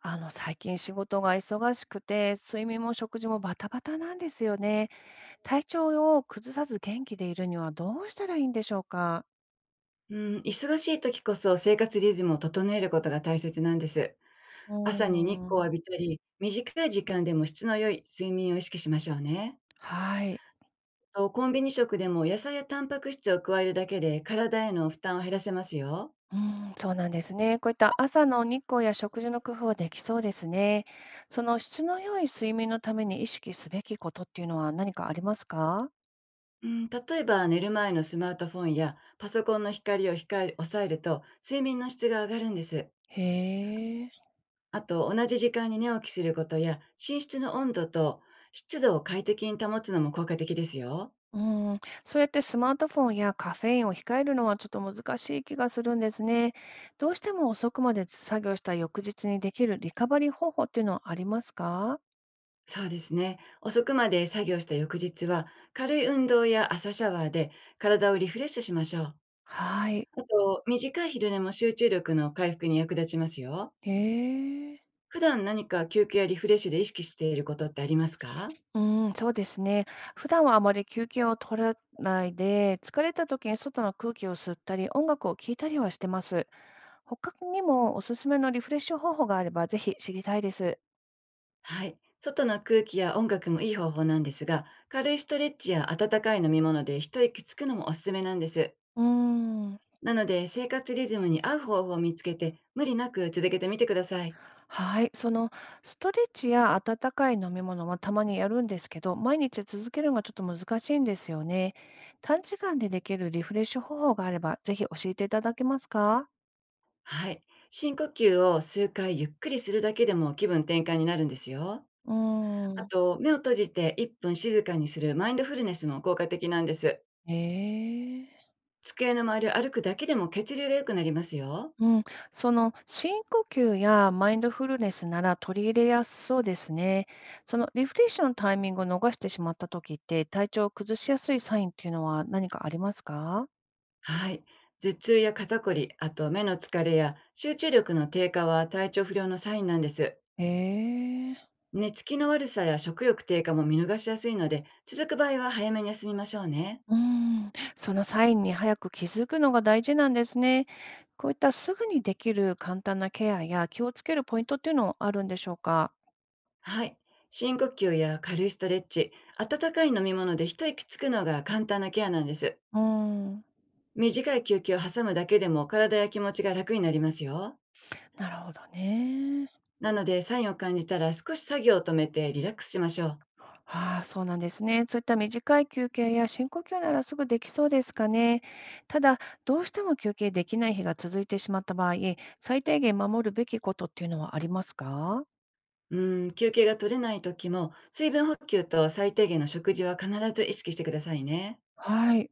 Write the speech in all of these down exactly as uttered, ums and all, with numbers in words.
あの、最近仕事が忙しくて、睡眠も食事もバタバタなんですよね。体調を崩さず元気でいるにはどうしたらいいんでしょうか。うん、忙しい時こそ生活リズムを整えることが大切なんです。う朝に日ー光ん。を浴びたり、短い時間でも質の良い睡眠を意識しましょうね。はい。とコンビニ食でも野菜やタンパク質を加えるだけで体への負担を減らせますよ。うーん、そうなんですね。こういった朝の日光や食事の工夫はできそうですね。その質の良い睡眠のために意識すべきことっていうのは何かありますか？うん、例えば寝る前のスマートフォンやパソコンの光を控え抑えると睡眠の質が上がるんです。へえ。あと、同じ時間に寝起きすることや、寝室の温度と湿度を快適に保つのも効果的ですよ。うん、そうやってスマートフォンやカフェインを控えるのはちょっと難しい気がするんですね。どうしても遅くまで作業した翌日にできるリカバリー方法っていうのはありますか？そうですね。遅くまで作業した翌日は、軽い運動や朝シャワーで体をリフレッシュしましょう。はい。あと、短い昼寝も集中力の回復に役立ちますよ。へえ。普段何か休憩やリフレッシュで意識していることってありますか？うん、そうですね。普段はあまり休憩を取らないで、疲れた時に外の空気を吸ったり、音楽を聴いたりはしてます。他にもおすすめのリフレッシュ方法があれば、ぜひ知りたいです。はい。外の空気や音楽もいい方法なんですが、軽いストレッチや温かい飲み物で一息つくのもおすすめなんです。うーん。なので、生活リズムに合う方法を見つけて、無理なく続けてみてください。はい、そのストレッチや温かい飲み物はたまにやるんですけど、毎日続けるのがちょっと難しいんですよね。短時間でできるリフレッシュ方法があれば、ぜひ教えていただけますか？はい。深呼吸を数回ゆっくりするだけでも気分転換になるんですよ。うあーん。と、目を閉じていっぷん静かにするマインドフルネスも効果的なんです。ええ。机の周りを歩くだけでも血流が良くなりますよ。うん、その深呼吸やマインドフルネスなら取り入れやすそうですね。そのリフレッシュのタイミングを逃してしまった時って体調を崩しやすいサインっていうのは何かありますか？はい。頭痛や肩こり、あと目の疲れや集中力の低下は体調不良のサインなんです。ええ。寝つきの悪さや食欲低下も見逃しやすいので、続く場合は早めに休みましょうね。うーん、そのサインに早く気づくのが大事なんですね。こういったすぐにできる簡単なケアや気をつけるポイントっていうのはあるんでしょうか？はい。深呼吸や軽いストレッチ、温かい飲み物で一息つくのが簡単なケアなんです。うーん、短い休憩を挟むだけでも体や気持ちが楽になりますよ。なるほどね。なので、サインを感じたら少し作業を止めてリラックスしましょう。ああ、そうなんですね。そういった短い休憩や深呼吸ならすぐできそうですかね。ただ、どうしても休憩できない日が続いてしまった場合、最低限守るべきことっていうのはありますか？うん、休憩が取れない時も、水分補給と最低限の食事は必ず意識してくださいね。はい。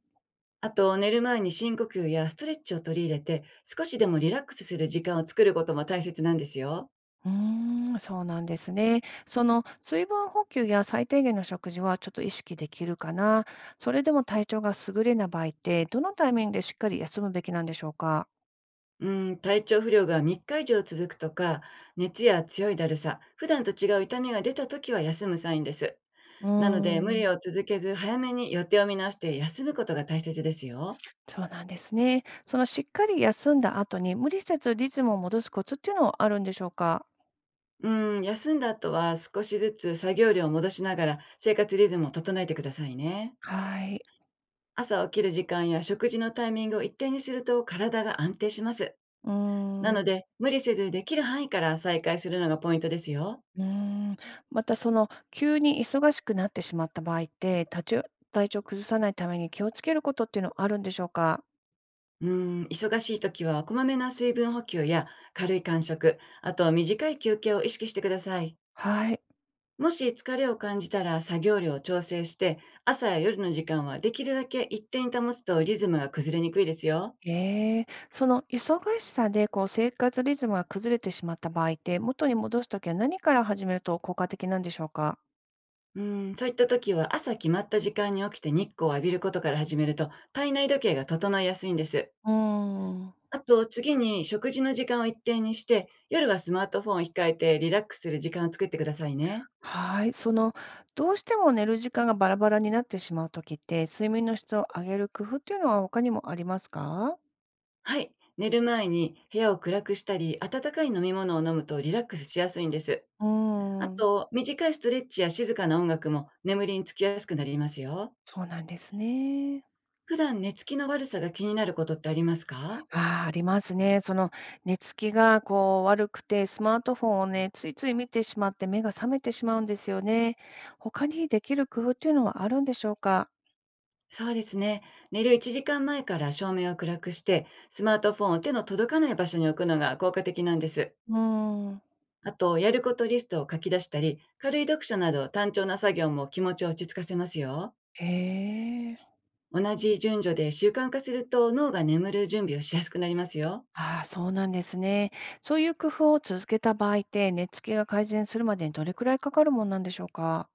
あと、寝る前に深呼吸やストレッチを取り入れて、少しでもリラックスする時間を作ることも大切なんですよ。うーん、そうなんですね。その水分補給や最低限の食事はちょっと意識できるかな。それでも体調が優れない場合って、どのタイミングでしっかり休むべきなんでしょうか。うん、体調不良がみっか以上続くとか、熱や強いだるさ、普段と違う痛みが出た時は休むサインです。うーなので、無理ん。を続けず、早めに予定を見直して休むことが大切ですよ。そうなんですね。そのしっかり休んだ後に無理せずリズムを戻すコツっていうのはあるんでしょうか。うん、休んだ後は少しずつ作業量を戻しながら生活リズムを整えてくださいね。はい。朝起きる時間や食事のタイミングを一定にすると体が安定します。うーなのん。で、無理せずできる範囲から再開するのがポイントですよ。うーん。またその急に忙しくなってしまった場合って、体調体調崩さないために気をつけることっていうのはあるんでしょうか。うーん、忙しい時はこまめな水分補給や軽い間食、あと短い休憩を意識してください。はい。もし疲れを感じたら作業量を調整して、朝や夜の時間はできるだけ一定に保つとリズムが崩れにくいですよ。ええ、その忙しさでこう生活リズムが崩れてしまった場合って、元に戻すときは何から始めると効果的なんでしょうか？うん、そういった時は朝決まった時間に起きて日光を浴びることから始めると体内時計が整いやすいんです。うーん。あと、次に食事の時間を一定にして、夜はスマートフォンを控えてリラックスする時間を作ってくださいね。はい、そのどうしても寝る時間がバラバラになってしまう時って、睡眠の質を上げる工夫っていうのは他にもありますか？はい。寝る前に部屋を暗くしたり、温かい飲み物を飲むとリラックスしやすいんです。うーあん。と、短いストレッチや静かな音楽も眠りにつきやすくなりますよ。そうなんですね。普段寝つきの悪さが気になることってありますか？ああ、ありますね。その寝つきがこう悪くて、スマートフォンをね、ついつい見てしまって目が覚めてしまうんですよね。他にできる工夫っていうのはあるんでしょうか？そうですね。寝るいちじかんまえから照明を暗くして、スマートフォンを手の届かない場所に置くのが効果的なんです。うーん。あと、やることリストを書き出したり、軽い読書など単調な作業も気持ちを落ち着かせますよ。へえ。同じ順序で習慣化すると脳が眠る準備をしやすくなりますよ。ああ、そうなんですね。そういう工夫を続けた場合って、寝つきが改善するまでにどれくらいかかるもんなんでしょうか？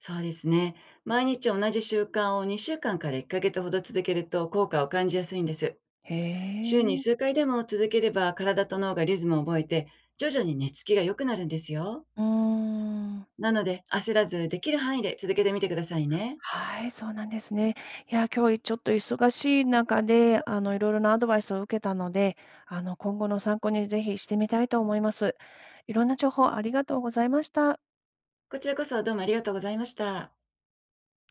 そうですね。毎日同じ習慣をにしゅうかんかんからいっかげつほど続けると効果を感じやすいんです。へ週にえ。数回でも続ければ体と脳がリズムを覚えて、徐々に寝つきが良くなるんですよ。うーん。なので、焦らずできる範囲で続けてみてくださいね。はい、そうなんですね。いや、今日ちょっと忙しい中で、あの、いろいろなアドバイスを受けたので、あの、今後の参考にぜひしてみたいと思います。いろんな情報ありがとうございました。こちらこそ、どうもありがとうございました。